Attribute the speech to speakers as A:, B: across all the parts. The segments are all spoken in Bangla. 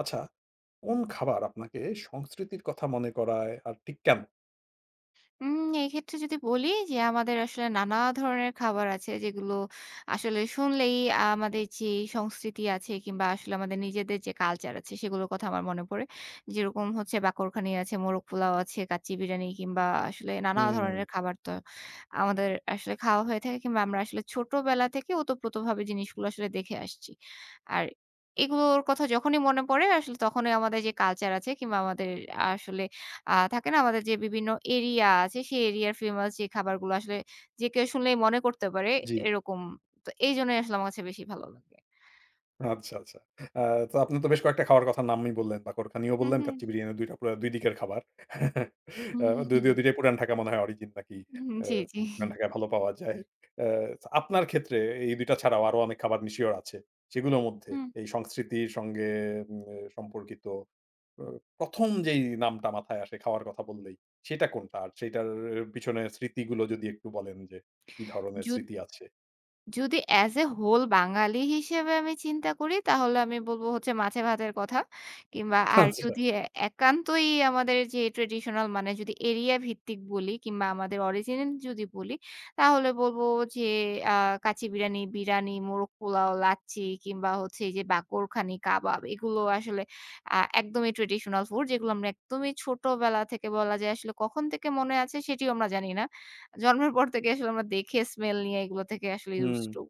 A: আচ্ছা, কোন খাবার আপনাকে সংস্কৃতির কথা মনে করায় আর ঠিক কেন?
B: উম এক্ষেত্রে যদি বলি যে আমাদের আসলে নানা ধরনের খাবার আছে যেগুলো আসলে শুনলেই আমাদের যে সংস্কৃতি আছে কিংবা আসলে আমাদের নিজেদের যে কালচার আছে সেগুলোর কথা আমার মনে পড়ে। যেরকম হচ্ছে বাকরখানি আছে, মোরগ পোলাও আছে, কাচ্চি বিরিয়ানি কিংবা আসলে নানা
A: হুম।
B: ধরনের খাবার তো আমাদের আসলে খাওয়া হয়ে থাকে কিংবা আমরা আসলে ছোটবেলা থেকে ওতপ্রোতভাবে জিনিসগুলো আসলে দেখে আসছি। আর এগুলোর কথা যখনই মনে পড়ে আসলে তখনই আমাদের যে কালচার আছে কিংবা আমাদের আসলে থাকে না আমাদের যে বিভিন্ন এরিয়া আছে, সেই এরিয়ার ফেমাস যে খাবারগুলো আসলে যে কেউ শুনলেই মনে করতে পারে
A: জি।
B: এরকম। তো এইজন্যই আসলে আমার কাছে বেশি ভালো লাগে।
A: আচ্ছা, আচ্ছা। আ তো আপনি তো বেশ কয়েকটা খাওয়ার কথার নামই বললেন। বাকরখানিও
B: হুম,
A: বললেন,
B: হুম।
A: কাচ্চি বিরিয়ানি ২ টা পুরা ২ দিকের খাবার। আ যদিও ২ টাই পুরান ঢাকা মনে হয় অরিজিন নাকি
B: হুম,
A: আ
B: জি, জি।
A: পুরান ঢাকায় ভালো পাওয়া যায়। আ আপনার ক্ষেত্রে এই ২ টা ছাড়াও আরো অনেক খাবার নিশ্চয়ই আছে। সেগুলোর মধ্যে
B: হুম।
A: এই সংস্কৃতির সঙ্গে উম সম্পর্কিত আ ১ম যেই নামটা মাথায় আসে খাওয়ার কথা বললেই, সেটা কোনটা? আর সেটার পিছনে স্মৃতিগুলো যদি একটু বলেন যে, কি ধরনের
B: যদি
A: স্মৃতি আছে? জি।
B: যদি অ্যাজ এ হোল বাঙালি হিসেবে আমি চিন্তা করি তাহলে আমি বলব হচ্ছে মাছে ভাতের কথা। কিংবা আর
A: আচ্ছা।
B: যদি একান্তই আমাদের যে ট্র্যাডিশনাল মানে যদি এরিয়া ভিত্তিক বলি কিংবা আমাদের অরিজিনাল যদি বলি তাহলে বলব যে আ কাচ্চি বিরানি, মোরগ পোলাও, লাচ্ছি কিংবা হচ্ছে এই যে বাকরখানি, কাবাব এগুলো আসলে একদমই ট্র্যাডিশনাল ফুড যেগুলো আমরা একদমই ছোটবেলা থেকে বলা যায় আসলে কখন থেকে মনে আছে সেটিও আমরা জানি না। জন্মের পর থেকে আসলে আমরা দেখে স্মেল নিয়ে এগুলো থেকে আসলে
A: হুম।
B: used to।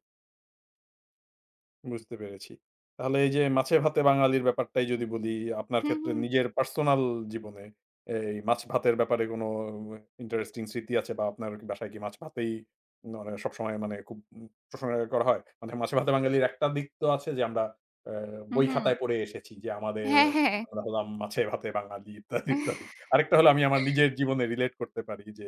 A: বুঝতে পেরেছি। তাহলে এই যে মাছে ভাতে বাঙালির ব্যাপারটাই যদি বলি, আপনার
B: হুম,
A: ক্ষেত্রে
B: হুম,
A: নিজের পার্সোনাল জীবনে এই মাছ ভাতের ব্যাপারে কোনো ইন্টারেস্টিং স্মৃতি আছে বা আপনার কি বাসায় কি মাছ ভাতেই মানে সবসময় মানে খুব প্রশংসা করা হয়? মানে মাছে ভাতে বাঙালির একটা দিক তো আছে যে আমরা অ্যা
B: হুম,
A: বই
B: হুম।
A: খাতায় পড়ে এসেছি যে আমাদের
B: হ্যাঁ, হ্যাঁ।
A: আমরা হলাম মাছে ভাতে বাঙালি ইত্যাদি, ইত্যাদি। আরেকটা হলো আমি আমার নিজের জীবনে রিলেট করতে পারি যে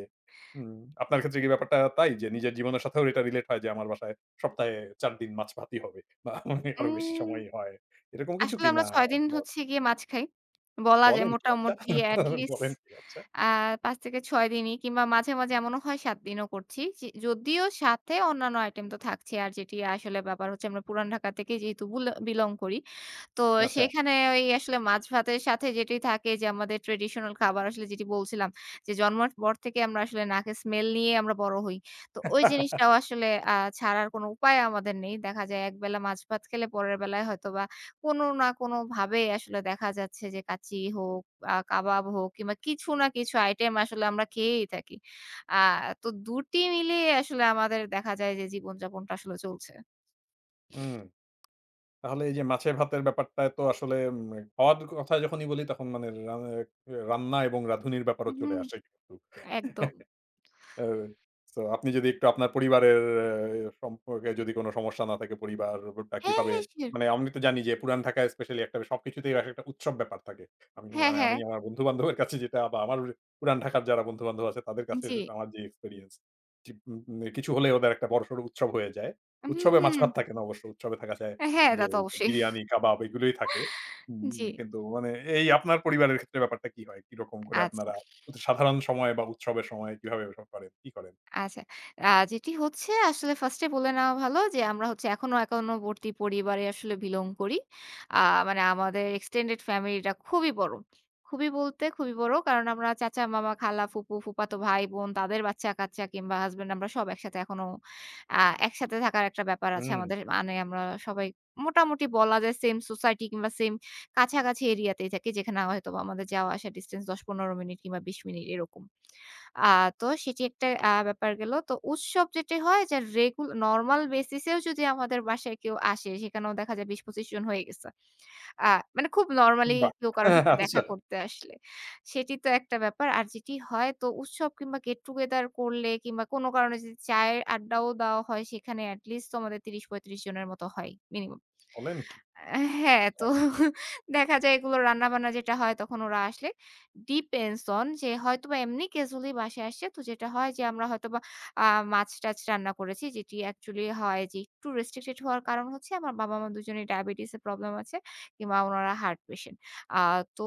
A: আপনার ক্ষেত্রে কি ব্যাপারটা তাই যে নিজের জীবনের সাথেও এটা রিলেট হয় যে আমার বাসায় সপ্তাহে ৪ দিন মাছ ভাতই হবে? বা মানে আরো বেশি
B: উম
A: সময় হয়। এরকম কিছু
B: আসলে
A: কি না
B: আমরা ৬ দিন
A: ব
B: হচ্ছে গিয়ে মাছ খাই। বলা যায়
A: বলেন কি? আচ্ছা
B: মোটামুটি at least
A: বলেন কি? আচ্ছা।
B: আ ৫ থেকে ৬ দিনই কিংবা মাঝে, মাঝে এমনও হয় ৭ দিনও করছি। যে যদিও সাথে অন্যান্য আইটেম তো থাকছে। আর যেটি আসলে ব্যাপার হচ্ছে আমরা পুরান ঢাকা থেকে যেহেতু বিলং করি তো
A: আচ্ছা।
B: সেখানে ওই আসলে মাছ ভাতের সাথে যেটি থাকে যে আমাদের ট্রেডিশনাল খাবার আসলে যেটি বলছিলাম যে জন্মের পর থেকে আমরা আসলে নাকে স্মেল নিয়ে আমরা বড় হই। তো ওই জিনিসটাও আসলে ছাড়ার কোনো উপায় আমাদের নেই। দেখা যায় একবেলা মাছ ভাত খেলে পরের বেলায় হয়তোবা কোনো না কোনোভাবে আসলে দেখা যাচ্ছে যে কাচ্চি হোক, কাবাব হোক কিংবা কিছু না কিছু আইটেম আসলে আমরা খেয়েই থাকি। আ তো দুটি মিলিয়ে আসলে আমাদের দেখা যায় যে জীবনযাপনটা আসলে চলছে।
A: হুম। তাহলে এই যে মাছে ভাতের ব্যাপারটায় তো আসলে খাওয়ার কথা যখনই বলি তখন মানে রান্না এবং রাঁধুনির ব্যাপারও চলে
B: হুম,
A: আসে কিন্তু।
B: একদম।
A: এ সো আপনি যদি একটু আপনার পরিবারের এ সম্পর্কে যদি কোন সমস্যা না থাকে পরিবারটা
B: হ্যাঁ,
A: কিভাবে
B: হ্যাঁ, শিওর।
A: মানে আমি তো জানি যে পুরান ঢাকায় স্পেশালি একটা সবকিছুতেই এক একটা উৎসব ব্যাপার থাকে। আমি
B: হ্যাঁ,
A: মানে
B: হ্যাঁ।
A: আমি আমার বন্ধু-বান্ধবের কাছে যেটা বা আমার পুরান ঢাকার যারা বন্ধু-বান্ধব আছে তাদের কাছে
B: জি।
A: আমার যে এক্সপেরিয়েন্স যে কিছু হলে ওদের একটা বড়সড় উৎসব হয়ে যায়।
B: হুম,
A: উৎসবে
B: হুম।
A: মাছ-ভাত থাকে না অবশ্য। উৎসবে থাকা যায়
B: হ্যাঁ, তা
A: যে
B: তো অবশ্যই।
A: বিরিয়ানি, কাবাব এগুলোই থাকে।
B: জি।
A: কিন্তু মানে এই আপনার পরিবারের ক্ষেত্রে ব্যাপারটা কি হয়? কিরকম করে
B: আচ্ছা।
A: আপনারা সাধারণ সময়ে বা উৎসবের সময়ে কিভাবে এসব করেন? কি করেন?
B: আচ্ছা। যেটি হচ্ছে আসলে 1st এ বলে নেওয়া ভালো যে আমরা হচ্ছে এখনো একান্নবর্তী পরিবারে আসলে belong করি। আ মানে আমাদের extended ফ্যামিলিটা খুবই বড়। খুবই বলতে খুবই বড়। কারণ আমরা চাচা, মামা, খালা, ফুপু, ফুফাতো ভাই-বোন তাদের বাচ্চা-কাচ্চা কিংবা হাসব্যান্ড আমরা সব একসাথে এখনো আ একসাথে থাকার একটা ব্যাপার আছে
A: হুম,
B: আমাদের। মানে আমরা সবাই মোটামুটি বলা যায় সেম সোসাইটি কিংবা সেম কাছাকাছি এরিয়াতেই থাকি যেখানে হয়তোবা আমাদের যাওয়া আসার ডিসট্যান্স ১০-১৫ মিনিট কিংবা ২০ মিনিট এরকম। আ তো সেটি একটা ব্যাপার গেল। তো উৎসব যেটি হয় যে নরমাল বেসিস এও যদি আমাদের বাসায় কেউ আসে সেখানেও দেখা যায় ২০-২৫ জন হয়ে গেছে। আ মানে খুব নরমালি
A: বাহ!
B: কেউ কারো সাথে দেখা
A: আচ্ছা,
B: করতে আসলে। সেটি তো একটা ব্যাপার। আর যেটি হয় তো উৎসব কিংবা গেট টুগেদার করলে কিংবা কোনো কারণে যদি চায়ের আড্ডাও দেওয়া হয় সেখানে এটি লিস্ট তো আমাদের ৩০-৩৫ জনের মতো হয় মিনিমাম।
A: বলেন কি?
B: হ্যাঁ,
A: আচ্ছা,
B: তো দেখা যায় এগুলো রান্নাবান্না যেটা হয় তখন ওরা আসলে depends on যে হয়তোবা এমনি ক্যাজুয়ালি বাসায় আসছে। তো যেটা হয় যে আমরা হয়তোবা আ মাছ-টাছ রান্না করেছি যেটি অ্যাকচুয়ালি হয় যে একটু রেস্ট্রিক্টেড হওয়ার কারণ হচ্ছে আমার বাবা-মা দুজনেই ডায়াবেটিস এর প্রবলেম আছে কিংবা উনারা হার্ট পেশেন্ট। আ তো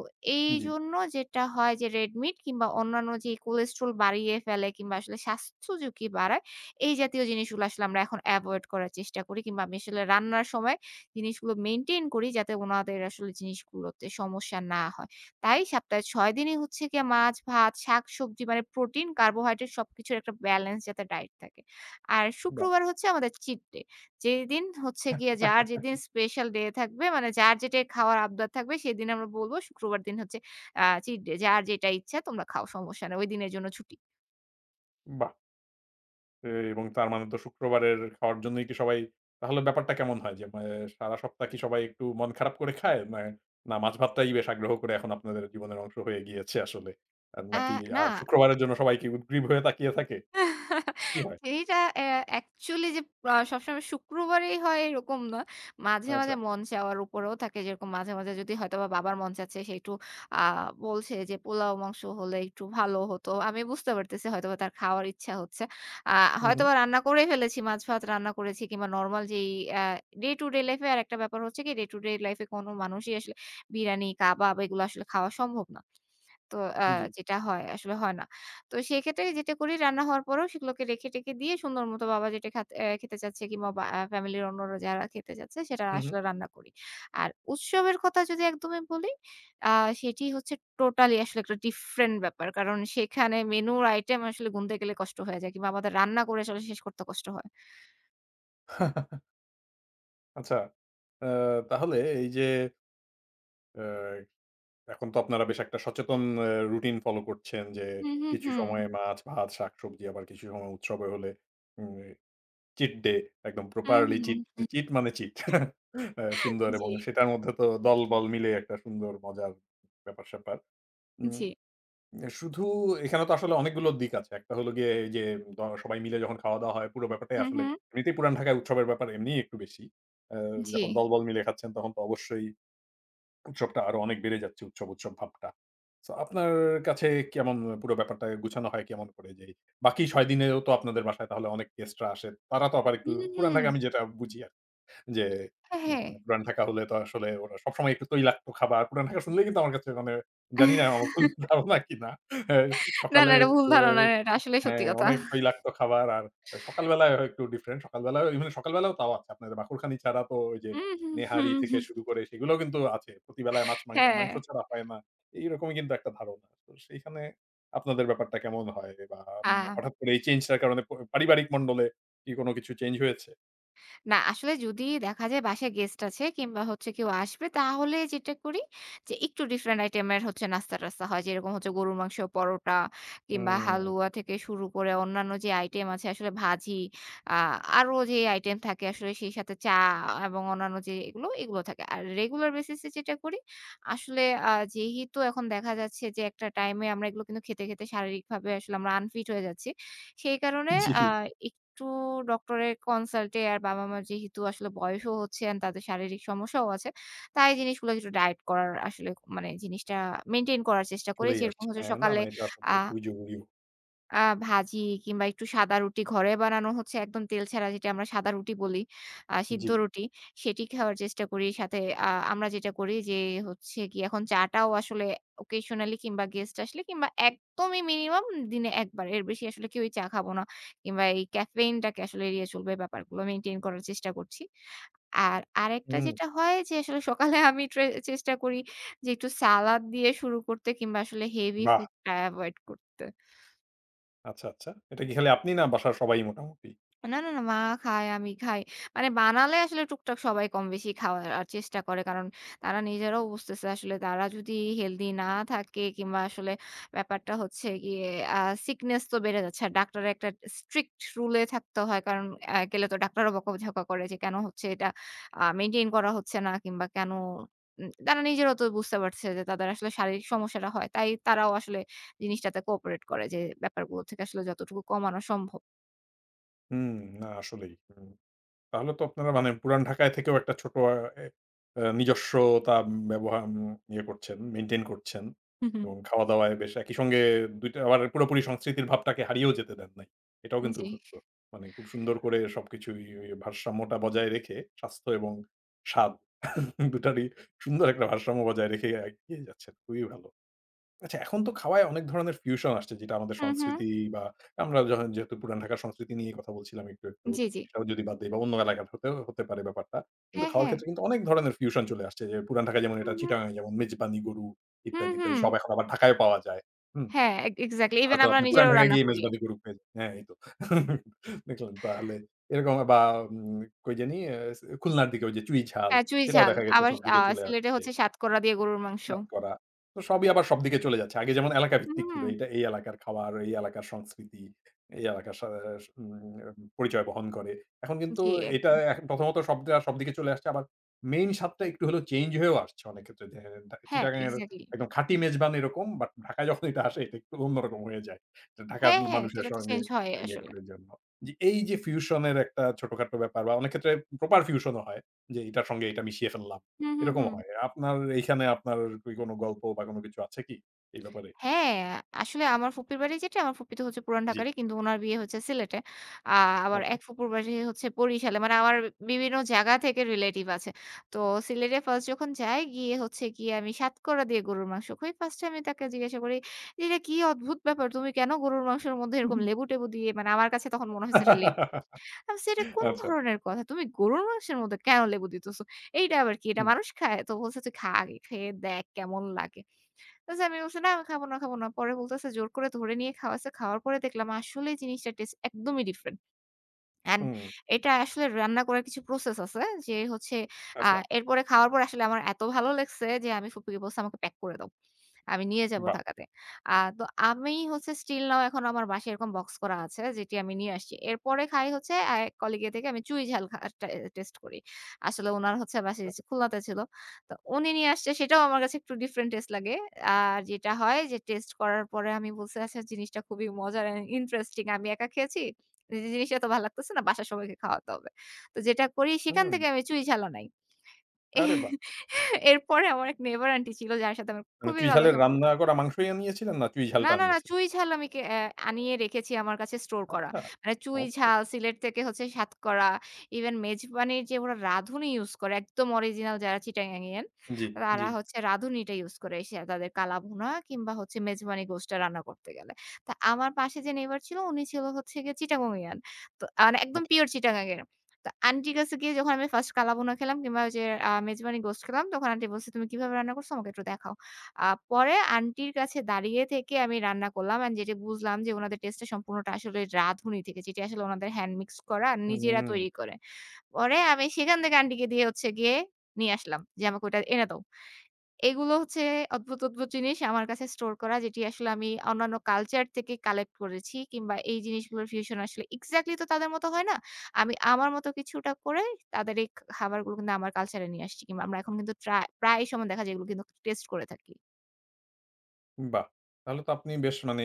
A: জি,
B: এইজন্য যেটা হয় যে রেড মিট কিংবা অন্যান্য যে কোলেস্ট্রল বাড়িয়ে ফেলে কিংবা আসলে স্বাস্থ্য ঝুঁকি বাড়ায় এই জাতীয় জিনিসগুলো আসলে আমরা এখন এভয়েড করার চেষ্টা করি কিংবা আমি আসলে রান্নার সময় জিনিসগুলো মেইনটেইন করি যাতে উনাদের আসলে জিনিসগুলোতে সমস্যা না হয়। তাই সপ্তাহে ৬ দিনই হচ্ছে গিয়ে মাছ, ভাত, শাকসবজি মানে প্রোটিন, কার্বোহাইড্রেট সবকিছুর একটা ব্যালেন্স যাতে ডায়েট থাকে। আর
A: বাহ!
B: শুক্রবার হচ্ছে আমাদের চিট ডে। যেদিন হচ্ছে গিয়ে যার যেদিন স্পেশাল ডে থাকবে মানে যার যেটাই খাওয়ার আবদার থাকবে সেদিন আমরা বলব শুক্রবার দিন হচ্ছে চিট ডে। যার যেটা ইচ্ছা তোমরা খাও সমস্যা নাই। ওই দিনের জন্য ছুটি।
A: বাহ! এ এবং তার মানে তো শুক্রবারের খাওয়ার জন্যই কি সবাই তাহলে ব্যাপারটা কেমন হয়? যে, সারা সপ্তাহ কি সবাই একটু মন খারাপ করে খায়? না, না মাছ ভাতটাই বেশ আগ্রহ করে এখন আপনাদের জীবনের অংশ হয়ে গিয়েছে আসলে?
B: আ
A: নাকি
B: না,
A: আর শুক্রবারের জন্য সবাই কি উদগ্রীব হয়ে তাকিয়ে থাকে? কি হয়?
B: এটা অ্যাকচুয়ালি যে সবসময় শুক্রবারেই হয় এরকম না। মাঝে,
A: আচ্ছা।
B: মাঝে মন চাওয়ার উপরেও থাকে। যেরকম মাঝে, মাঝে যদি হয়তোবা বাবার মন চাচ্ছে সে একটু আ বলছে যে পোলাও মাংস হলে একটু ভালো হতো। আমি বুঝতে পারতেছি হয়তোবা তার খাওয়ার ইচ্ছা হচ্ছে। আ
A: হু, হু।
B: হয়তোবা রান্না করেই ফেলেছি, মাছ ভাত রান্না করেছি কিংবা নরমাল যেই a day to day life এ আরেকটা ব্যাপার হচ্ছে কি ডে টু ডে লাইফ এ কোনো মানুষই আসলে বিরানি, কাবাব এগুলো আসলে খাওয়া সম্ভব না। তো আ
A: জি।
B: যেটা হয় আসলে হয় না। তো সেক্ষেত্রে যেটা করি রান্না হওয়ার পরেও সেগুলোকে রেখে টেখে দিয়ে সুন্দর মতো বাবা যেটা খাত অ্যা খেতে চাচ্ছে কিংবা বা আ ফ্যামিলির অন্যরা যারা খেতে চাচ্ছে সেটা
A: হু, হু।
B: আসলে রান্না করি। আর উৎসবের কথা যদি একদমই বলি আ সেটি হচ্ছে টোটালি আসলে একটা ডিফরেন্ট ব্যাপার। কারণ সেখানে মেনুর আইটেম আসলে গুনতে গেলে কষ্ট হয়ে যায় কিংবা আমাদের রান্না করে আসলে শেষ করতে কষ্ট হয়।
A: আচ্ছা। আ তাহলে এই যে, অ্যা এখন তো আপনারা বেশ একটা সচেতন রুটিন ফলো করছেন যে
B: হুম, হুম,
A: কিছু
B: হুম।
A: সময়ে মাছ, ভাত, শাকসবজি আবার কিছু সময় উৎসবে হলে উম চিট ডে একদম
B: হুম,
A: প্রপারলি চিট,
B: হুম, হুম।
A: চিট মানে চিট সুন্দর
B: জি,
A: এবং সেটার মধ্যে তো দলবল মিলে একটা সুন্দর মজার ব্যাপার-স্যাপার। উম
B: জি।
A: শুধু এখানে তো আসলে অনেকগুলো দিক আছে। একটা হলো গিয়ে এই যে সবাই মিলে যখন খাওয়া-দাওয়া হয় পুরো ব্যাপারটাই
B: হুম,
A: আসলে
B: হুম।
A: এমনিতেই পুরান ঢাকায় উৎসবের ব্যাপার এমনিই একটু বেশি। আ
B: জি।
A: যখন দলবল মিলে খাচ্ছেন তখন তো অবশ্যই উৎসবটা আরো অনেক বেড়ে যাচ্ছে উৎসব, উৎসব ভাবটা। সো আপনার কাছে কেমন পুরো ব্যাপারটা গুছানো হয় কেমন করে? যে বাকি ৬ দিনেও তো আপনাদের বাসায় তাহলে অনেক গেস্টরা আসে। তারা তো আবার একটু
B: হুম,
A: পুরান
B: হুম।
A: ঢাকায় আমি যেটা বুঝি আর কি, যে
B: হ্যাঁ, হ্যাঁ।
A: পুরান ঢাকা হলে তো আসলে ওরা সবসময় একটু তৈলাক্ত খাবার। পুরান ঢাকা শুনলেই কিন্তু আমার কাছে মানে জানি না আমার ভুল ধারণা কিনা। হ্যাঁ,
B: না, না,
A: সকালে
B: এটা ভুল
A: এ
B: ধারণা। এটা আসলেই সত্যি
A: হ্যাঁ,
B: কথা।
A: অনেক তৈলাক্ত খাবার আর সকালবেলায় হয় একটু ডিফারেন্ট। সকালবেলায় ইভেন সকালবেলাও তাও আছে। আপনাদের বাকরখানি ছাড়া তো ওই যে
B: হুম, হুম,
A: নেহারি
B: হুম,
A: থেকে
B: হুম।
A: শুরু করে সেগুলোও কিন্তু আছে। প্রতিবেলায় মাছ
B: হ্যাঁ।
A: মাংস ছাড়া হয় না। এইরকমই কিন্তু একটা ধারণা। তো সেইখানে আপনাদের ব্যাপারটা কেমন হয়? বা
B: আ
A: হঠাৎ করে এই চেঞ্জটার কারণে পারিবারিক মন্ডলে কি কোন কিছু চেঞ্জ হয়েছে?
B: না, আসলে যদি দেখা যায় বাসায় গেস্ট আছে কিংবা হচ্ছে কেউ আসবে, তাহলে যেটা করি যে একটু ডিফারেন্ট আইটেমের হচ্ছে নাস্তা-টাস্তা হয়। যেরকম হচ্ছে গরুর মাংস, পরোটা কিংবা
A: হুম।
B: হালুয়া থেকে শুরু করে অন্যান্য যে আইটেম আছে আসলে ভাজি, আ আরো যে আইটেম থাকে আসলে সেই সাথে চা এবং অন্যান্য যে এগুলো, এগুলো থাকে। আর রেগুলার বেসিস এ যেটা করি আসলে যেহেতু এখন দেখা যাচ্ছে যে একটা টাইমে আমরা এগুলো কিন্তু খেতে, খেতে শারীরিকভাবে আসলে আমরা আনফিট হয়ে যাচ্ছি। সেই কারণে
A: জি,
B: আ একটু ডক্টরের কনসাল্টে আর বাবা-মার যেহেতু আসলে বয়সও হচ্ছে and তাদের শারীরিক সমস্যাও আছে। তাই জিনিসগুলো একটু ডায়েট করার আসলে মানে জিনিসটা মেইনটেইন করার চেষ্টা করি।
A: চলেই
B: যেরকম
A: আসছে।
B: হচ্ছে
A: হ্যাঁ, না,
B: সকালে
A: না, এটা আসলে
B: আ
A: খুবই জরুরিও।
B: আ ভাজি কিংবা একটু সাদা রুটি ঘরে বানানো হচ্ছে একদম তেল ছাড়া যেটা আমরা সাদা রুটি বলি, সিদ্ধ
A: জি।
B: রুটি সেটি খাওয়ার চেষ্টা করি। সাথে আমরা যেটা করি যে হচ্ছে গিয়ে এখন চাটাও আসলে occasionally কিংবা গেস্ট আসলে কিংবা একদমই মিনিমাম দিনে ১ বার। এর বেশি আসলে কেউই চা খাবো না। কিংবা এই ক্যাফেইনটাকে আসলে এড়িয়ে চলবো এই ব্যাপারগুলো মেইনটেইন করার চেষ্টা করছি। আর আরেকটা
A: হুম,
B: যেটা হয় যে আসলে সকালে আমি চেষ্টা করি যে একটু সালাদ দিয়ে শুরু করতে কিংবা আসলে হেভি
A: বাহ!
B: ফুডটা এভয়েড করতে।
A: আচ্ছা, আচ্ছা। এটা কি খালি আপনি না বাসার সবাই মোটামুটি?
B: না, না, না। মা খায়, আমি খাই। মানে বানালে আসলে টুকটাক সবাই কমবেশি খাওয়ার চেষ্টা করে। কারণ তারা নিজেরাও বুঝতেছে আসলে তারা যদি হেলদি না থাকে কিংবা আসলে ব্যাপারটা হচ্ছে গিয়ে আ সিকনেস তো বেড়ে যাচ্ছে। আর ডাক্তারের একটা স্ট্রিক্ট রুলে থাকতে হয়। কারণ গেলে তো ডাক্তারও বকাঝকা করে যে কেন হচ্ছে এটা মেইনটেইন করা হচ্ছে না কিংবা কেন তারা নিজেরাও তো বুঝতে পারছে যে তাদের আসলে শারীরিক সমস্যাটা হয়। তাই তারাও আসলে জিনিসটাতে কোঅপারেট করে যে ব্যাপারগুলো থেকে আসলে যতটুকু কমানো সম্ভব।
A: হুম, না আসলেই। হুম। তাহলে তো আপনারা মানে পুরান ঢাকায় থেকেও একটা ছোট এ নিজস্বতা ব্যবহার ইয়ে করছেন, মেইনটেইন করছেন
B: হু, হুম।
A: এবং খাওয়া-দাওয়ায় বেশ একই সঙ্গে ২ টা আবার পুরোপুরি সংস্কৃতির ভাবটাকে হারিয়েও যেতে দেন নাই। এটাও কিন্তু
B: জি।
A: সত্য। মানে খুব সুন্দর করে সবকিছুই ওই ভারসাম্যটা বজায় রেখে স্বাস্থ্য এবং স্বাদ ২ টারই সুন্দর একটা ভারসাম্য বজায় রেখে এগিয়ে যাচ্ছেন। খুবই ভালো। আচ্ছা, এখন তো খাওয়ায় অনেক ধরনের ফিউশন আসছে যেটা আমাদের
B: হুম, হুম।
A: সংস্কৃতি বা আমরা যখন যেহেতু পুরান ঢাকার সংস্কৃতি নিয়ে কথা বলছিলাম একটু, একটু
B: জি, জি।
A: সেটাও যদি বাদ দেই বা অন্য এলাকার হতেও হতে পারে ব্যাপারটা। কিন্তু
B: হ্যাঁ,
A: খাওয়ার
B: হ্যাঁ।
A: ক্ষেত্রে কিন্তু অনেক ধরনের ফিউশন চলে আসছে যে পুরান ঢাকায় যেমন এটা
B: হুম, হুম।
A: চিটাগাং এ যেমন মেজবানি গরু
B: হুম,
A: ইত্যাদি, ইত্যাদি
B: হুম।
A: সব এখন আবার ঢাকায়ও পাওয়া যায়। হুম?
B: হ্যাঁ, এক্সাক্টলি। ইভেন
A: হয়তো
B: আমরা
A: আপনি পুরান
B: নিজেরাও
A: ঢাকায়
B: রান্না
A: গিয়ে
B: করি।
A: মেজবানি গরু পেয়ে যাবেন। হ্যাঁ, এই তো। দেখলেন তাহলে এরকম বা উম কই জানি খুলনার দিকে ওই যে চুই ঝাল
B: হ্যাঁ, চুই
A: সেটাও
B: ঝাল।
A: দেখা গেছে
B: আবার
A: সবদিকে চলে
B: সিলেটে
A: আসছে।
B: হচ্ছে সাতকরা দিয়ে গরুর মাংস।
A: স্বাদ করা। তো সবই আবার সবদিকে চলে যাচ্ছে। আগে যেমন এলাকা ভিত্তিক ছিল।
B: হুম,
A: এটা এই এলাকার খাবার, এই এলাকার সংস্কৃতি, এই এলাকার স উম পরিচয় বহন করে। এখন কিন্তু
B: জি
A: এটা
B: একদম।
A: এখন প্রথমত সবটা সবদিকে চলে আসছে। আবার মেইন স্বাদটা একটু হলেও চেঞ্জ হয়েও আসছে অনেক ক্ষেত্রে। যে
B: হ্যাঁ,
A: চিটাগাংয়ের
B: এক্সাক্টলি।
A: একদম খাঁটি মেজবান এরকম, বাট ঢাকায় যখন এটা আসে এটা একটু অন্যরকম হয়ে যায়। তো ঢাকার
B: হ্যাঁ, হ্যাঁ,
A: মানুষের
B: সেটা তো
A: সঙ্গে
B: চেঞ্জ হয়
A: ইয়ে
B: আসলে।
A: করার জন্য। যে এই যে ফিউশন এর একটা ছোটখাটো ব্যাপার বা অনেক ক্ষেত্রে প্রপার ফিউশন ও হয়। যে এটার সঙ্গে এটা মিশিয়ে ফেললাম।
B: হুম, হুম,
A: এরকম
B: হুম।
A: হয়। আপনার এইখানে আপনার কি কোনো গল্প বা কোনো কিছু আছে কি এই ব্যাপারে?
B: হ্যাঁ, আসলে আমার ফুপির বাড়ি যেটা, আমার ফুপি তো হচ্ছে পুরান
A: জি।
B: ঢাকারই। কিন্তু উনার বিয়ে হচ্ছে সিলেটে। আ আবার
A: আচ্ছা।
B: এক ফুপুর বাড়ি হচ্ছে বরিশালে। মানে আমার বিভিন্ন জায়গা থেকে রিলেটিভ আছে। তো সিলেটে ফার্স্ট যখন যাই, গিয়ে হচ্ছে গিয়ে আমি সাতকরা দিয়ে গরুর মাংস খাই। ফার্স্ট এ আমি তাকে জিজ্ঞাসা করি যে, "এটা কি অদ্ভুত ব্যাপার! তুমি কেন গরুর মাংসের মধ্যে এরকম লেবু-টেবু দিয়ে" মানে আমার কাছে তখন মনে হয়েছে এটা লেবু। আমি বলছি, "এটা কোন
A: আচ্ছা।
B: ধরনের কথা? তুমি গরুর মাংসের মধ্যে কেন লেবু দিতেছো? এইটা আবার কি? এটা
A: হুম,
B: মানুষ খায়?" তো বলছে, "তুই খা আগে, খেয়ে দেখ কেমন লাগে।" বলছে আমি বলছি, "না, আমি খাবো না, খাবো না।" পরে বলতেছে জোর করে ধরে নিয়ে খাওয়াইছে। খাওয়ার পরে দেখলাম আসলেই জিনিসটার টেস্ট একদমই ডিফারেন্ট। অ্যান্ড
A: হুম।
B: এটা আসলে রান্না করার কিছু প্রসেস আছে যে হচ্ছে আ
A: আচ্ছা।
B: এরপরে খাওয়ার পর আসলে আমার এত ভালো লাগছে যে আমি ফুপিকে বলছি আমাকে প্যাক করে দাও। আমি নিয়ে যাব
A: বাহ!
B: ঢাকাতে। তো আমি হচ্ছে স্টিল নাও এখন আমার বাসায় এরকম বক্স করা আছে যেটি আমি নিয়ে আসছি। এরপরে খাই হচ্ছে এক কলিগের থেকে আমি চুই ঝাল খা টে টেস্ট করি। আসলে উনার হচ্ছে বাসায় যে খুলনাতে ছিল। তো উনি নিয়ে আসছে সেটাও আমার কাছে একটু ডিফারেন্ট টেস্ট লাগে। আর যেটা হয় যে টেস্ট করার পরে আমি বলছি আচ্ছা জিনিসটা খুবই মজার অ্যান্ড ইন্টারেস্টিং। আমি একা খেয়েছি। যে জিনিসটা তো ভালো লাগতেছে না, বাসার সবাইকে খাওয়াতে হবে। তো যেটা করি সেখান
A: হুম।
B: থেকে আমি চুই ঝাল আনাই।
A: আরে বাহ!
B: এরপরে আমার এক নেইবার আন্টি ছিল যার সাথে আমার
A: মানে
B: খুবই
A: চুই
B: ভালো
A: ঝালের
B: সম্পর্ক।
A: রান্না করা মাংসই আনিয়েছিলেন না চুই
B: না,
A: ঝালটা
B: না, না,
A: আনিয়েছিলেন?
B: চুই ঝাল আমি কে অ্যা আনিয়ে রেখেছি আমার কাছে স্টোর করা।
A: আচ্ছা।
B: মানে চুই
A: ওকে।
B: ঝাল, সিলেট থেকে হচ্ছে সাতকরা, ইভেন মেজবানির যে ওরা রাঁধুনি ইউস করে একদম অরিজিনাল যারা চিটাগাংইয়ান,
A: জি, জি।
B: তারা হচ্ছে রাঁধুনিটা ইউস করে সে তাদের কালা ভুনা কিংবা হচ্ছে মেজবানি গোশটা রান্না করতে গেলে। তা আমার পাশে যে নেইবার ছিল উনি ছিল হচ্ছে গিয়ে চিটাগংইয়ান। তো মানে একদম
A: আচ্ছা।
B: পিওর চিটাগাংয়ের। তো আন্টির কাছে গিয়ে যখন আমি ফার্স্ট কালা ভুনা খেলাম কিংবা ওই যে মেজবানি গোশট খেলাম তখন আন্টি বলছে, "তুমি কিভাবে রান্না করছো? আমাকে একটু দেখাও।" আ পরে আন্টির কাছে দাঁড়িয়ে থেকে আমি রান্না করলাম এন্ড যেটি বুঝলাম যে উনাদের টেস্টটা সম্পূর্ণটা আসলে রাঁধুনি থেকে, যেটি আসলে উনাদের হ্যান্ড মিক্স করা আর নিজেরা
A: হুম।
B: তৈরি করে। পরে আমি সেখান থেকে আন্টিকে দিয়ে হচ্ছে গিয়ে নিয়ে আসলাম যে, "আমাকে ওটা এনে দাও।" এগুলো হচ্ছে অদ্ভুত, অদ্ভুত জিনিস আমার কাছে স্টোর করা যেটি আসলে আমি অন্যান্য কালচার থেকে কালেক্ট করেছি কিংবা এই জিনিসগুলোর ফিউশন আসলে এক্সাক্টলি তো তাদের মতো হয় না। আমি আমার মতো কিছুটা করে তাদের এই খাবারগুলো কিন্তু আমার কালচারে নিয়ে আসছি কিংবা আমরা এখন কিন্তু প্রায় সময় দেখা যায় এগুলো কিন্তু টেস্ট করে থাকি।
A: বাহ! তাহলে তো আপনি বেশ মানে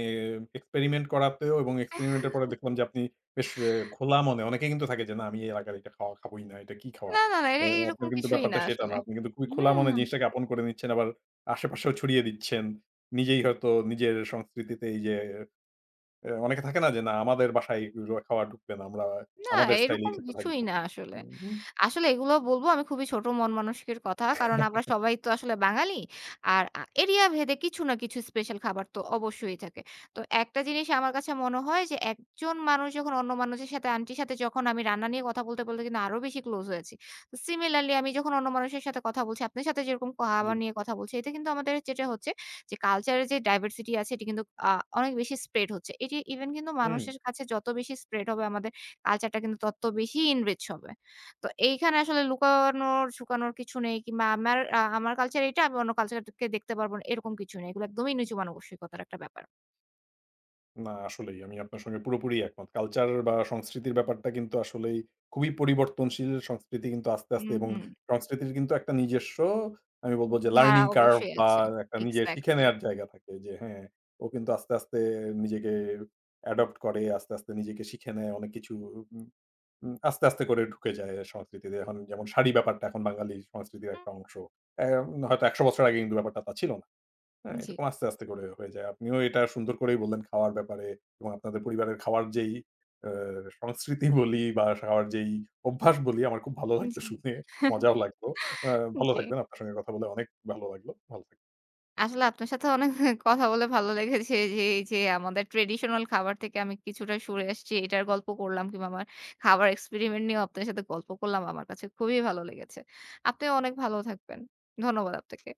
A: এক্সপেরিমেন্ট করাতেও এবং এক্সপেরিমেন্ট এর পরে দেখলাম যে আপনি বেশ খোলা মনে অনেকে কিন্তু থাকে যে, "না আমি এর আগে এটা খাওয়া খাবোই না। এটা কি খাওয়া?"
B: না, না, না।
A: এ
B: এটা
A: আপনার
B: এরকম
A: কিন্তু
B: কিছুই না
A: ব্যাপারটা সেটা না।
B: আসলে।
A: আপনি কিন্তু খুবই
B: হুম,
A: খোলা মনে
B: হুম।
A: জিনিসটাকে আপন করে নিচ্ছেন। আবার আশেপাশেও ছড়িয়ে দিচ্ছেন। নিজেই হয়তো নিজের সংস্কৃতিতে এই যে অনেকে থাকে না যে, "না আমাদের বাসায় এগুলো খাওয়া ঢুকবে না। আমরা
B: না,
A: আমাদের স্টাইলেই
B: এরকম
A: খেতে
B: কিছুই
A: থাকবো।"
B: না আসলে।
A: উম
B: আসলে এগুলো বলব আমি খুবই ছোট মন মানসিকের কথা। কারণ আমরা সবাই তো আসলে বাঙালি। আর এরিয়া ভেদে কিছু না কিছু স্পেশাল খাবার তো অবশ্যই থাকে। তো একটা জিনিস আমার কাছে মনে হয় যে একজন মানুষ যখন অন্য মানুষের সাথে আন্টির সাথে যখন আমি রান্না নিয়ে কথা বলতে, বলতে কিন্তু আরো বেশি ক্লোজ হয়েছি। তো সিমিলারলি আমি যখন অন্য মানুষের সাথে কথা বলছি, আপনার সাথে যেরকম
A: জি।
B: খাবার নিয়ে কথা বলছি, এতে কিন্তু আমাদের যেটা হচ্ছে যে কালচারের যে ডাইভার্সিটি আছে এটি কিন্তু আ অনেক বেশি স্প্রেড হচ্ছে। এটি ইভেন কিন্তু
A: হুম।
B: মানুষের কাছে যত বেশি স্প্রেড হবে আমাদের কালচারটা কিন্তু তত বেশি enrich হবে। তো এইখানে আসলে লুকানোর, ছুকানোর কিছু নেই কিংবা আমার আমার কালচার এটা, আমি অন্য কালচারকে দেখতে পারব না, এরকম কিছু নেই। এগুলো একদমই নিচু মানবসিকতার একটা ব্যাপার।
A: না আসলেই আমি আপনার সঙ্গে পুরোপুরি একমত। কালচার বা সংস্কৃতির ব্যাপারটা কিন্তু আসলেই খুবই পরিবর্তনশীল। সংস্কৃতি কিন্তু আস্তে, আস্তে
B: হুম,
A: এবং
B: হুম।
A: সংস্কৃতির কিন্তু একটা নিজস্ব আমি বলব যে
B: ধারা
A: লার্নিং কার্ভ
B: অবশ্যই
A: বা
B: আছে।
A: একটা নিজে শিখে
B: এক্সাক্টলি।
A: নেয়ার জায়গা থাকে যে হ্যাঁ, ও কিন্তু আস্তে, আস্তে নিজেকে অ্যাডপ্ট করে, আস্তে, আস্তে নিজেকে শিখে নেয় অনেক কিছু উম উম আস্তে, আস্তে করে ঢুকে যায় সংস্কৃতিতে। এখন যেমন শাড়ি ব্যাপারটা এখন বাঙালি সংস্কৃতির
B: হুম,
A: একটা অংশ। অ্যা হয়তো ১০০ বছর আগে কিন্তু ব্যাপারটা তা ছিল না। হ্যাঁ,
B: জি,
A: এরকম আস্তে, আস্তে করে হয়ে যায়। আপনিও এটা সুন্দর করেই বললেন খাওয়ার ব্যাপারে এবং আপনাদের পরিবারের খাওয়ার যেই আ সংস্কৃতি বলি বা খাওয়ার যেই অভ্যাস বলি, আমার খুব ভালো লাগলো
B: জি।
A: শুনে। মজাও লাগলো। আ ভালো
B: জি।
A: থাকবেন। আপনার সঙ্গে কথা বলে অনেক ভালো লাগলো। ভালো থাকবেন।
B: আসলে আপনার সাথে অনেক কথা বলে ভালো লেগেছে যে এই যে আমাদের ট্রেডিশনাল খাবার থেকে আমি কিছুটা সরে আসছি। এটার গল্প করলাম কিংবা আমার খাবার এক্সপেরিমেন্ট নিয়েও আপনার সাথে গল্প করলাম। আমার কাছে খুবই ভালো লেগেছে। আপনিও অনেক ভালো থাকবেন। ধন্যবাদ আপনাকে।